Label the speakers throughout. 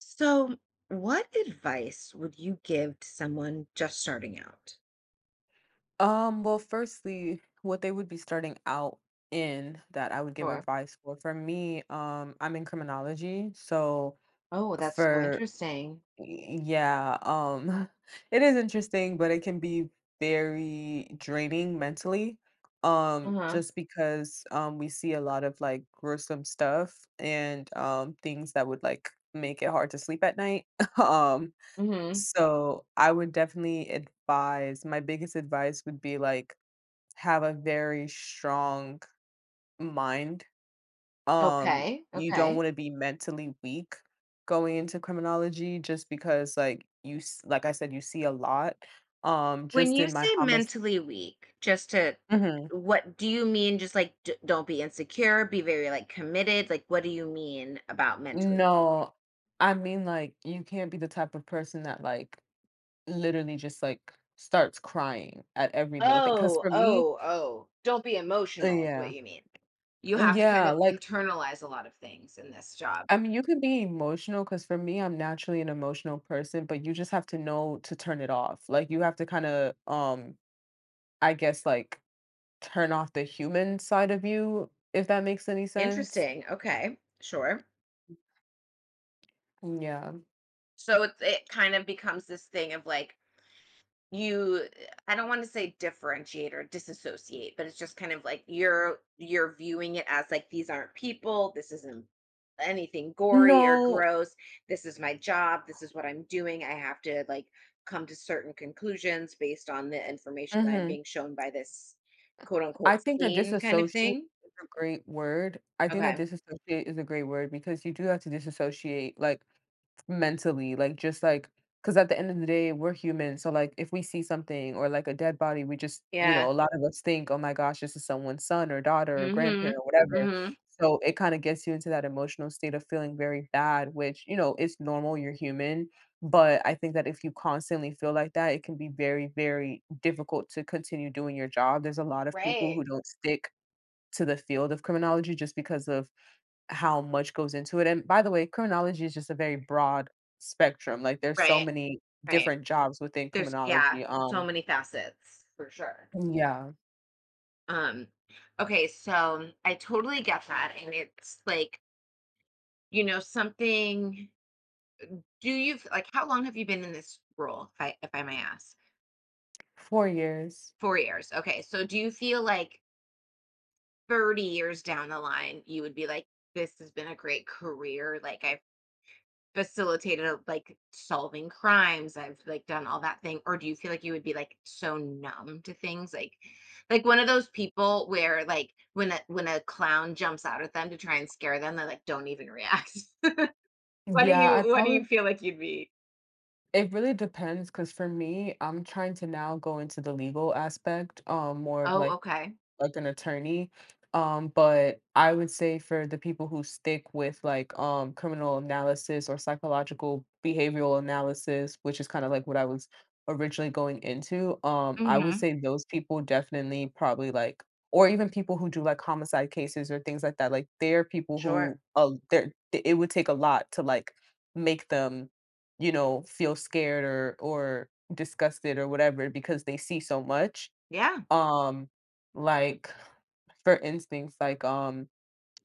Speaker 1: So, what advice would you give to someone just starting out?
Speaker 2: Well, firstly, what they would be starting out in that I would give
Speaker 1: Sure.
Speaker 2: advice for. For me, I'm in criminology, so
Speaker 1: Oh, that's so
Speaker 2: for
Speaker 1: interesting.
Speaker 2: yeah, it is interesting, but it can be very draining mentally.
Speaker 1: Uh-huh.
Speaker 2: Just because we see a lot of like gruesome stuff and things that would like make it hard to sleep at night. Um,
Speaker 1: Mm-hmm.
Speaker 2: so I would definitely advise, my biggest advice would be like have a very strong mind. Um,
Speaker 1: Okay.
Speaker 2: you don't
Speaker 1: Okay.
Speaker 2: want to be mentally weak going into criminology just because like like I said you see a lot
Speaker 1: When
Speaker 2: just
Speaker 1: you
Speaker 2: in my
Speaker 1: say
Speaker 2: how
Speaker 1: mentally weak, just to
Speaker 2: Mhm.
Speaker 1: what do you mean? Don't be insecure, be very like committed. Like, what do you mean about mentally weak?
Speaker 2: No, I mean like you can't be the type of person that like literally just like starts crying at every little thing cuz
Speaker 1: Oh,
Speaker 2: for me
Speaker 1: oh, oh. Don't be emotional is what
Speaker 2: yeah.
Speaker 1: you mean. You have to kind
Speaker 2: Yeah,
Speaker 1: of
Speaker 2: like
Speaker 1: internalize a lot of things in this job.
Speaker 2: I mean, you could be emotional because for me, I'm naturally an emotional person, but you just have to know to turn it off. Like you have to kind of, I guess, like turn off the human side of you, if that makes any sense.
Speaker 1: Interesting. Okay, sure.
Speaker 2: Yeah.
Speaker 1: So it kind of becomes this thing of like you I don't want to say differentiate or disassociate, but it's just kind of like you're viewing it as like these aren't people, this isn't anything gory or
Speaker 2: No.
Speaker 1: gross. This is my job, this is what I'm doing. I have to like come to certain conclusions based on the information I'm
Speaker 2: Hmm.
Speaker 1: being shown by this quote unquote
Speaker 2: I think that
Speaker 1: scene kind of
Speaker 2: disassociate
Speaker 1: thing.
Speaker 2: is a great word. I think that
Speaker 1: Okay.
Speaker 2: disassociate is a great word because you do have to disassociate. Like mentally, like, just like because at the end of the day, we're human. So, like, if we see something or like a dead body, we just,
Speaker 1: Yeah.
Speaker 2: a lot of us think, oh my gosh, this is someone's son or daughter or
Speaker 1: Mhm.
Speaker 2: grandparent or whatever.
Speaker 1: Mhm.
Speaker 2: So, it kind of gets you into that emotional state of feeling very bad, which, you know, it's normal. You're human. But I think that if you constantly feel like that, it can be very, very difficult to continue doing your job. There's a lot of people
Speaker 1: Right.
Speaker 2: who don't stick to the field of criminology just because of how much goes into it, and by the way, criminology is just a very broad spectrum, like, there's so
Speaker 1: Right.
Speaker 2: many
Speaker 1: Right.
Speaker 2: different jobs within
Speaker 1: There's, yeah,
Speaker 2: criminology,
Speaker 1: so many facets for sure.
Speaker 2: yeah,
Speaker 1: Um okay, so I totally get that and it's like, you know, something do you like how long have you been in this role if I may ask?
Speaker 2: four years.
Speaker 1: 4 years. Okay. So do you feel like 30 years down the line you would be like this has been a great career, like I facilitated, like, solving crimes, I've like done all that thing, or do you feel like you would be like so numb to things like one of those people where like when a clown jumps out at them to try and scare them, they like don't even react.
Speaker 2: Yeah, I
Speaker 1: What do you
Speaker 2: probably
Speaker 1: feel like you'd be?
Speaker 2: it really depends because for me, I'm trying to now go into the legal aspect, more of,
Speaker 1: Oh, okay.
Speaker 2: like an attorney. But I would say for the people who stick with like criminal analysis or psychological behavioral analysis, which is kind of like what I was originally going into, I would
Speaker 1: Mm-hmm.
Speaker 2: say those people definitely probably like or even people who do like homicide cases or things like that. Like they're people
Speaker 1: Sure.
Speaker 2: who it would take a lot to like make them, you know, feel scared or disgusted or whatever because they see so much.
Speaker 1: Yeah.
Speaker 2: Um like for instance, like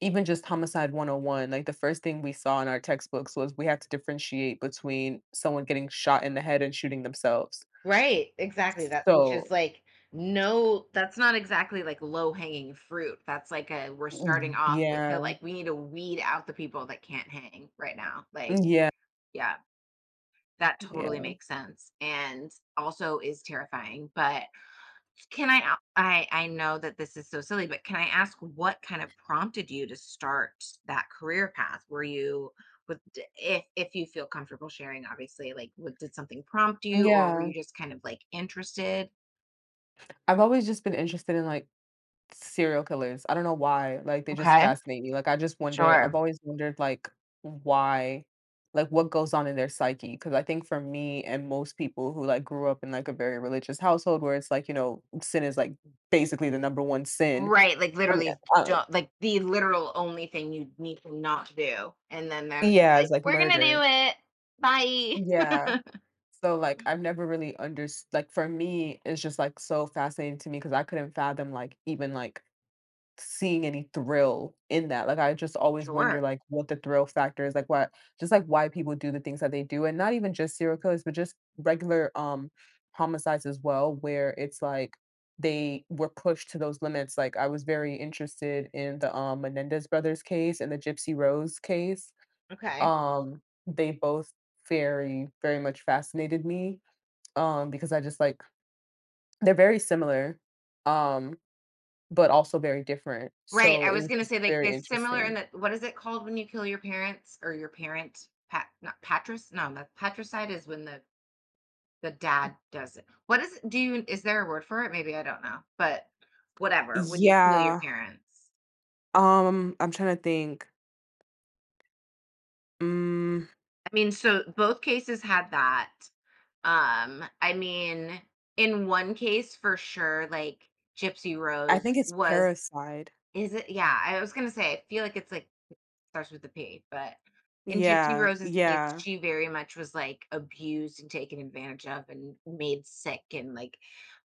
Speaker 2: even just homicide 101, like the first thing we saw in our textbooks was we had to differentiate between someone getting shot in the head and shooting themselves.
Speaker 1: Right. Exactly. That, which is
Speaker 2: So,
Speaker 1: like, no, that's not exactly like low hanging fruit. That's like a, we're starting
Speaker 2: mm,
Speaker 1: off with the,
Speaker 2: yeah.
Speaker 1: like, we need to weed out the people that can't hang right now, like.
Speaker 2: Yeah,
Speaker 1: Yeah, that totally
Speaker 2: yeah,
Speaker 1: makes sense and also is terrifying. But can I I know that this is so silly, but can I ask what kind of prompted you to start that career path? Were you with if you feel comfortable sharing, obviously, like, what, did something prompt you, or were
Speaker 2: yeah.
Speaker 1: you just kind of like interested?
Speaker 2: I've always just been interested in like serial killers. I don't know why, like, they just
Speaker 1: Okay,
Speaker 2: fascinate me, like, I've
Speaker 1: sure.
Speaker 2: always wondered, like, why like, what goes on in their psyche. Because I think for me and most people who, like, grew up in, like, a very religious household where it's like, you know, sin is, like, basically the number one sin.
Speaker 1: Right, like
Speaker 2: I mean,
Speaker 1: literally
Speaker 2: uh
Speaker 1: don't, like, the literal only thing you need to not do. And then they're just
Speaker 2: yeah, it's
Speaker 1: like,
Speaker 2: like
Speaker 1: we're gonna
Speaker 2: murder.
Speaker 1: do it. Bye.
Speaker 2: Yeah. So, like, I've never really understood. Like, for me, it's just, like, so fascinating to me because I couldn't fathom, like, even, like seeing any thrill in that, like, I just always wonder,
Speaker 1: Sure.
Speaker 2: like, what the thrill factor is, like, what, just, like, why people do the things that they do, and not even just serial killers, but just regular, homicides as well, where it's like they were pushed to those limits, like, I was very interested in the, Menendez brothers case and the Gypsy Rose case,
Speaker 1: Okay.
Speaker 2: um, they both very, very much fascinated me, because I just, like they're very similar, um but also very different.
Speaker 1: Right,
Speaker 2: So
Speaker 1: I
Speaker 2: it
Speaker 1: was
Speaker 2: was
Speaker 1: gonna
Speaker 2: just
Speaker 1: say, like,
Speaker 2: very
Speaker 1: they're similar in
Speaker 2: interesting.
Speaker 1: that, what is it called when you kill your parents or your parent? Pat, not patric, no, the patricide is when the dad does it. What is it, do you, is there a word for it? Maybe I don't know, but whatever, when you kill your
Speaker 2: Yeah,
Speaker 1: parents.
Speaker 2: I'm trying to think. Mm,
Speaker 1: I mean, so both cases had that. I mean, in one case for sure, like Gypsy
Speaker 2: I
Speaker 1: Rose
Speaker 2: think it's
Speaker 1: was,
Speaker 2: Parasite.
Speaker 1: is it, yeah, I was gonna say, I feel like it's like starts with a P, but in Gypsy
Speaker 2: Yeah,
Speaker 1: Rose's case,
Speaker 2: yeah.
Speaker 1: she very much was like abused and taken advantage of and made sick and like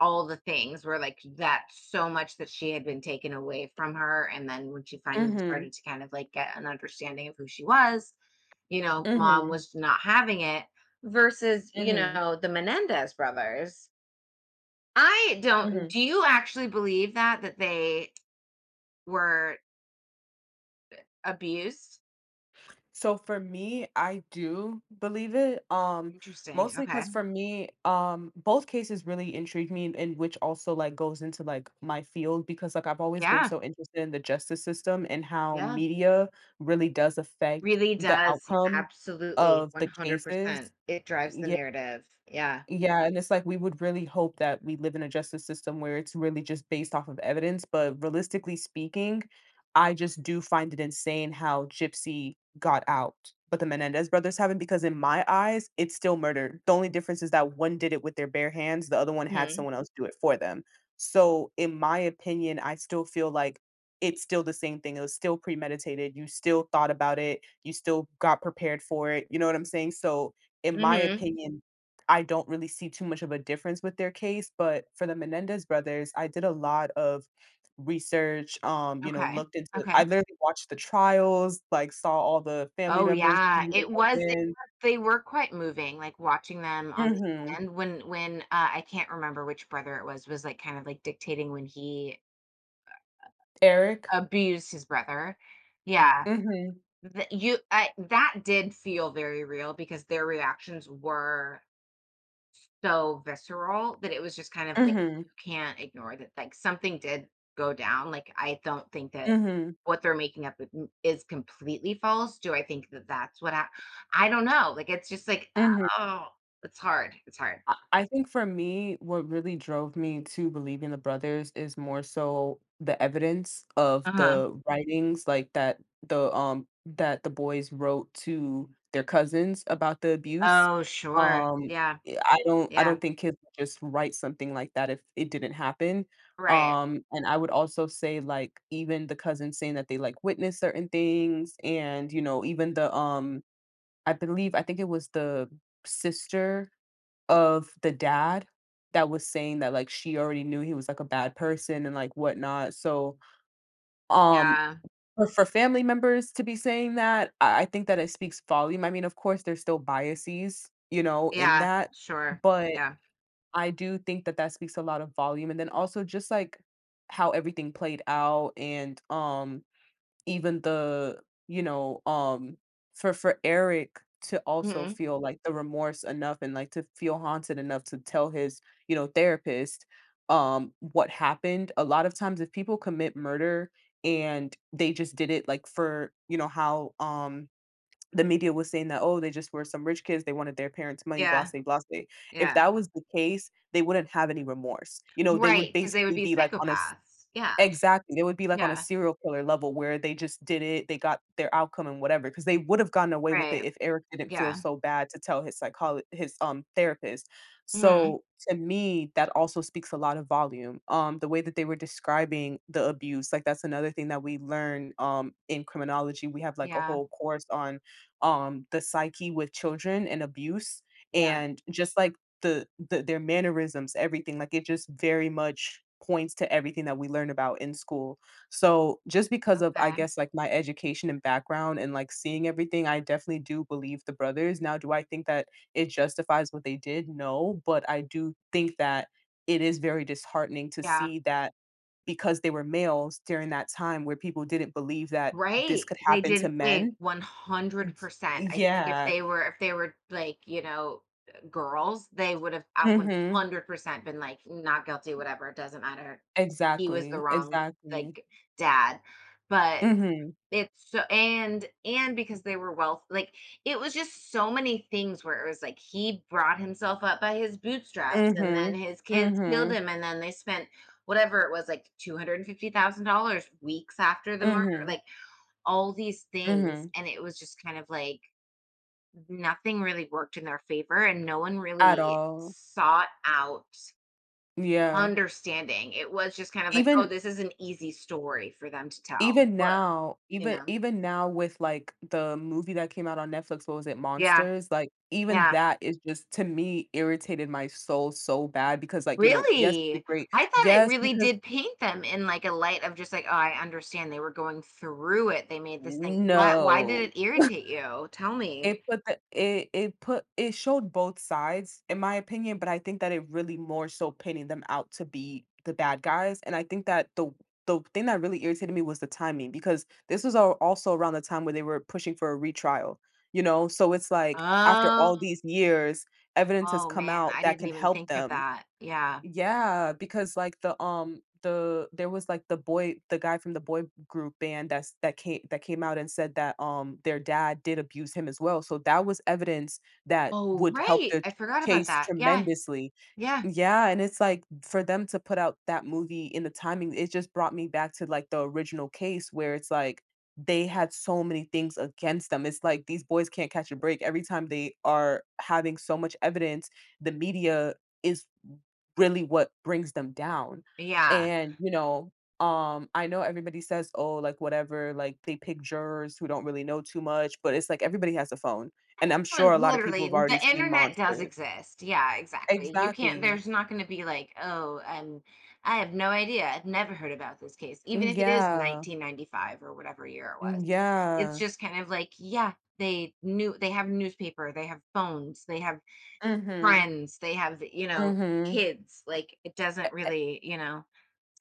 Speaker 1: all the things were like that so much that she had been taken away from her. And then when she finally
Speaker 2: Mhm,
Speaker 1: started to kind of like get an understanding of who she was, you know, mom
Speaker 2: mhm,
Speaker 1: was not having it versus, you
Speaker 2: mhm,
Speaker 1: know, the Menendez brothers. I don't,
Speaker 2: mhm.
Speaker 1: do you actually believe that, that they were abused?
Speaker 2: So for me, I do believe it.
Speaker 1: Interesting.
Speaker 2: Mostly because
Speaker 1: Okay.
Speaker 2: for me, both cases really intrigued me, and which also like goes into like my field because like I've always been
Speaker 1: Yeah.
Speaker 2: so interested in the justice system and how
Speaker 1: Yeah.
Speaker 2: media really does affect
Speaker 1: Really
Speaker 2: the
Speaker 1: does,
Speaker 2: outcome
Speaker 1: absolutely,
Speaker 2: of the cases.
Speaker 1: 100%. It drives the narrative, yeah.
Speaker 2: Yeah, and it's like we would really hope that we live in a justice system where it's really just based off of evidence, but realistically speaking, I just do find it insane how Gypsy got out, but the Menendez brothers haven't because in my eyes, it's still murder. The only difference is that one did it with their bare hands, the other one had
Speaker 1: Mhm,
Speaker 2: someone else do it for them. So in my opinion, I still feel like it's still the same thing. It was still premeditated. You still thought about it. You still got prepared for it. You know what I'm saying? So in my
Speaker 1: mhm,
Speaker 2: opinion, I don't really see too much of a difference with their case, but for the Menendez brothers, I did a lot of research, you know,
Speaker 1: okay,
Speaker 2: looked into I
Speaker 1: okay.
Speaker 2: literally watched the trials, like, saw all the family
Speaker 1: Oh,
Speaker 2: members
Speaker 1: yeah,
Speaker 2: bringing in
Speaker 1: it was, it
Speaker 2: evidence.
Speaker 1: was, they were quite moving, like, watching them on the
Speaker 2: Mhm.
Speaker 1: stand when I can't remember which brother it was, like, kind of, like, dictating when he
Speaker 2: Eric?
Speaker 1: abused his brother. Yeah,
Speaker 2: Mhm.
Speaker 1: th you I that did feel very real because their reactions were so visceral that it was just kind of like,
Speaker 2: Mhm.
Speaker 1: you can't ignore that, like, something did go down, like, I don't think that
Speaker 2: Mhm.
Speaker 1: what they're making up with is completely false. Do I think that that's what hap I don't know, like, it's just like,
Speaker 2: Mhm.
Speaker 1: oh, it's hard, it's hard.
Speaker 2: I think for me, what really drove me to believe in the brothers is more so the evidence of
Speaker 1: Uh-huh.
Speaker 2: the writings, like that the boys wrote to their cousins about the abuse.
Speaker 1: Oh, sure.
Speaker 2: Um,
Speaker 1: Yeah,
Speaker 2: I don't I
Speaker 1: yeah.
Speaker 2: don't think kids would just write something like that if it didn't happen.
Speaker 1: Right.
Speaker 2: And I would also say like even the cousins saying that they like witnessed certain things, and you know even the I believe I think it was the sister of the dad that was saying that, like, she already knew he was, like, a bad person and, like, whatnot, so, um,
Speaker 1: Yeah,
Speaker 2: for family members to be saying that, I think that it speaks volume, I mean, of course, there's still biases, you know, in
Speaker 1: yeah,
Speaker 2: that,
Speaker 1: sure.
Speaker 2: but
Speaker 1: Yeah.
Speaker 2: I do think that that speaks a lot of volume, and then also just, like, how everything played out and, even the you know, for Eric to also
Speaker 1: Mhm.
Speaker 2: feel, like, the remorse enough and, like, to feel haunted enough to tell his, you know, therapist, what happened. A lot of times if people commit murder and they just did it, like, for you know, how, the media was saying that, "Oh, they just were some rich kids, they wanted their parents' money,
Speaker 1: Yeah,
Speaker 2: blase, blase." If
Speaker 1: yeah.
Speaker 2: that was the case, they wouldn't have any remorse. You know, they would
Speaker 1: Right. Because they would
Speaker 2: basically
Speaker 1: be
Speaker 2: be, like, on a
Speaker 1: psychopaths. Yeah,
Speaker 2: exactly, they would be like on a
Speaker 1: yeah,
Speaker 2: serial killer level where they just did it, they got their outcome and whatever, because they would have gotten away with it
Speaker 1: right.
Speaker 2: if Eric didn't feel
Speaker 1: Yeah.
Speaker 2: so bad to tell his psycholo his, therapist.
Speaker 1: Mhm.
Speaker 2: So, to me, that also speaks a lot of volume. The way that they were describing the abuse, like, that's another thing that we learn, in criminology, we have, like, a
Speaker 1: Yeah,
Speaker 2: whole course on, the psyche with children and abuse,
Speaker 1: yeah.
Speaker 2: and just like the their mannerisms, everything. Like it just very much points to everything that we learn about in school. So just because of I
Speaker 1: Okay.
Speaker 2: guess like my education and background and like seeing everything, I definitely do believe the brothers. Now, do I think that it justifies what they did? No, but I do think that it is very disheartening to
Speaker 1: Yeah.
Speaker 2: see that because they were males during that time where people didn't believe that this
Speaker 1: Right.
Speaker 2: could
Speaker 1: They
Speaker 2: happen to
Speaker 1: did, big
Speaker 2: men. Y-
Speaker 1: 100%. I think if
Speaker 2: Yeah.
Speaker 1: they were, if they were like, you know, girls, they would have at
Speaker 2: Mhm.
Speaker 1: 100% been like, not guilty, whatever, it doesn't matter. He was the
Speaker 2: Exactly.
Speaker 1: wrong,
Speaker 2: Exactly.
Speaker 1: like, dad. But
Speaker 2: Mhm.
Speaker 1: it's so, and because they were wealth like, it was just so many things where it was like he brought himself up by his bootstraps and then
Speaker 2: Mhm.
Speaker 1: his kids killed
Speaker 2: Mhm.
Speaker 1: him and then they spent whatever it was like $250,000 weeks after the murder.
Speaker 2: Mhm.
Speaker 1: Like all these things,
Speaker 2: Mhm.
Speaker 1: and it was just kind of like nothing really worked in their favor and no one
Speaker 2: At
Speaker 1: really
Speaker 2: all.
Speaker 1: sought out
Speaker 2: Yeah.
Speaker 1: understanding. It was just kind of like, "Oh,
Speaker 2: Even
Speaker 1: this is an easy story for them to tell."
Speaker 2: even
Speaker 1: What,
Speaker 2: now,
Speaker 1: you
Speaker 2: even
Speaker 1: know?
Speaker 2: even now with, like, the movie that came out on Netflix, what was it?
Speaker 1: Yeah,
Speaker 2: Monsters? Like, even
Speaker 1: yeah.
Speaker 2: that is just to me, irritated my soul so bad because, like, you know, yes, it's a
Speaker 1: Really?
Speaker 2: great
Speaker 1: I thought it
Speaker 2: yes,
Speaker 1: really
Speaker 2: because
Speaker 1: did paint them in like a light of just like, "Oh, I understand they were going through it. They made this thing." What, why did
Speaker 2: no.
Speaker 1: it irritate you? Tell me.
Speaker 2: It put it showed both sides, in my opinion, but I think that it really more so painting them out to be the bad guys, and I think that the thing that really irritated me was the timing, because this was al also around the time where they were pushing for a retrial, you know? So it's like, after
Speaker 1: Oh,
Speaker 2: all these years, evidence has
Speaker 1: oh
Speaker 2: come
Speaker 1: man,
Speaker 2: out
Speaker 1: I
Speaker 2: that
Speaker 1: didn't
Speaker 2: can
Speaker 1: even
Speaker 2: help
Speaker 1: think of
Speaker 2: them,
Speaker 1: that. Yeah.
Speaker 2: yeah, because like there was like the guy from the boy group band that came out and said that their dad did abuse him as well. So that was evidence that
Speaker 1: Oh,
Speaker 2: would help
Speaker 1: right.
Speaker 2: the
Speaker 1: I forgot about
Speaker 2: case
Speaker 1: that. Yeah.
Speaker 2: tremendously.
Speaker 1: Yeah.
Speaker 2: Yeah, and it's like for them to put out that movie in the timing, it just brought me back to like the original case where it's like they had so many things against them. It's like these boys can't catch a break. Every time they are having so much evidence, the media is really what brings them down.
Speaker 1: Yeah.
Speaker 2: And, you know, I know everybody says, oh, like whatever, like they pick jurors who don't really know too much, but it's like everybody has a phone. And I'm
Speaker 1: Well,
Speaker 2: sure a lot of people
Speaker 1: literally,
Speaker 2: have
Speaker 1: the
Speaker 2: already seen
Speaker 1: internet does
Speaker 2: Monsters.
Speaker 1: exist. Yeah, exactly. You can't,
Speaker 2: Exactly.
Speaker 1: there's not going to be like, oh, I have no idea. I've never heard about this case, even
Speaker 2: Mm,
Speaker 1: if it is
Speaker 2: yeah.
Speaker 1: 1995 or whatever year it
Speaker 2: Mm,
Speaker 1: was. It's
Speaker 2: yeah.
Speaker 1: just kind of like, yeah, they knew, they have newspaper, they have phones, they have
Speaker 2: Mm-hmm.
Speaker 1: friends, they have, you know,
Speaker 2: Mm-hmm.
Speaker 1: kids. Like, it doesn't really, you know,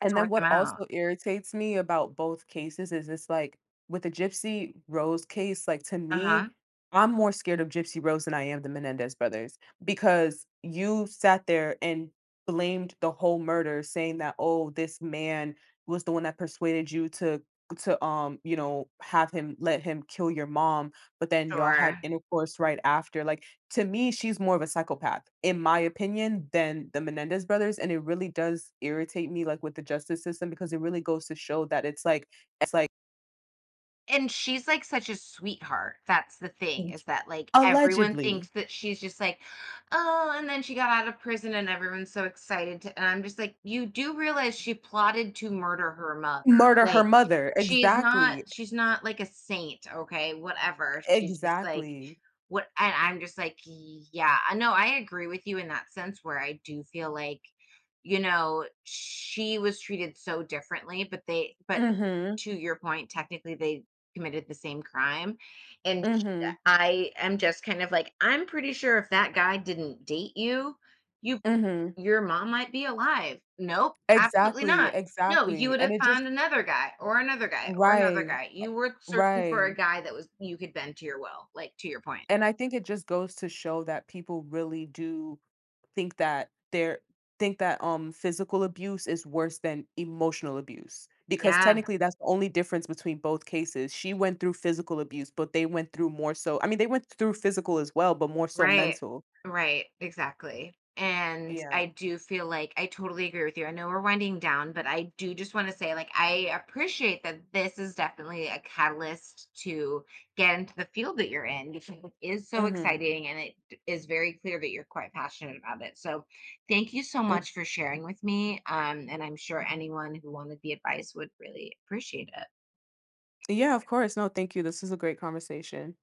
Speaker 2: And then
Speaker 1: sort them
Speaker 2: what
Speaker 1: out.
Speaker 2: also irritates me about both cases is it's like with the Gypsy Rose case, like to
Speaker 1: Uh
Speaker 2: me,
Speaker 1: huh.
Speaker 2: I'm more scared of Gypsy Rose than I am the Menendez brothers because you sat there and blamed the whole murder, saying that, oh, this man was the one that persuaded you to you know have him let him kill your mom but then y'all had
Speaker 1: Sure.
Speaker 2: intercourse right after like to me, she's more of a psychopath, in my opinion, than the Menendez brothers. And it really does irritate me, like with the justice system, because it really goes to show that it's like
Speaker 1: And she's, like, such a sweetheart, that's the thing, is that, like, everyone
Speaker 2: allegedly
Speaker 1: thinks that she's just like, "Oh," and then she got out of prison and everyone's so excited to, and I'm just like, "You do realize she plotted to murder her mother,
Speaker 2: murder her
Speaker 1: like,
Speaker 2: mother. Exactly.
Speaker 1: she's not like a saint, okay, whatever, she's just like."
Speaker 2: Exactly.
Speaker 1: What, and I'm just like, yeah, I know, I agree with you in that sense where I do feel like, you know, she was treated so differently, but they but
Speaker 2: Mm hmm.
Speaker 1: to your point, technically they committed the same crime. And
Speaker 2: Mm hmm.
Speaker 1: I am just kind of like, I'm pretty sure if that guy didn't date you, you
Speaker 2: Mm hmm.
Speaker 1: your mom might be alive. Nope, absolutely
Speaker 2: Exactly.
Speaker 1: not. No, you
Speaker 2: Exactly.
Speaker 1: would
Speaker 2: And
Speaker 1: have
Speaker 2: it just,
Speaker 1: found another guy or another guy or another
Speaker 2: right.
Speaker 1: guy. You were searching for a
Speaker 2: Right.
Speaker 1: guy that was, you could bend to your will, like to your point.
Speaker 2: And I think it just goes to show that people really do think that there think that physical abuse is worse than emotional abuse because
Speaker 1: Yeah,
Speaker 2: technically that's the only difference between both cases. She went through physical abuse, but they went through more so I mean they went through physical as well, but more so
Speaker 1: right.
Speaker 2: mental.
Speaker 1: Right, exactly. And
Speaker 2: Yeah.
Speaker 1: I do feel like, I totally agree with you. I know we're winding down, but I do just want to say, like, I appreciate that this is definitely a catalyst to get into the field that you're in because it is so
Speaker 2: Mhm.
Speaker 1: exciting and it is very clear that you're quite passionate about it. So, thank you so
Speaker 2: Mm.
Speaker 1: much for sharing with me. And I'm sure anyone who wanted the advice would really appreciate it.
Speaker 2: Yeah, of course. No, thank you. This is a great conversation.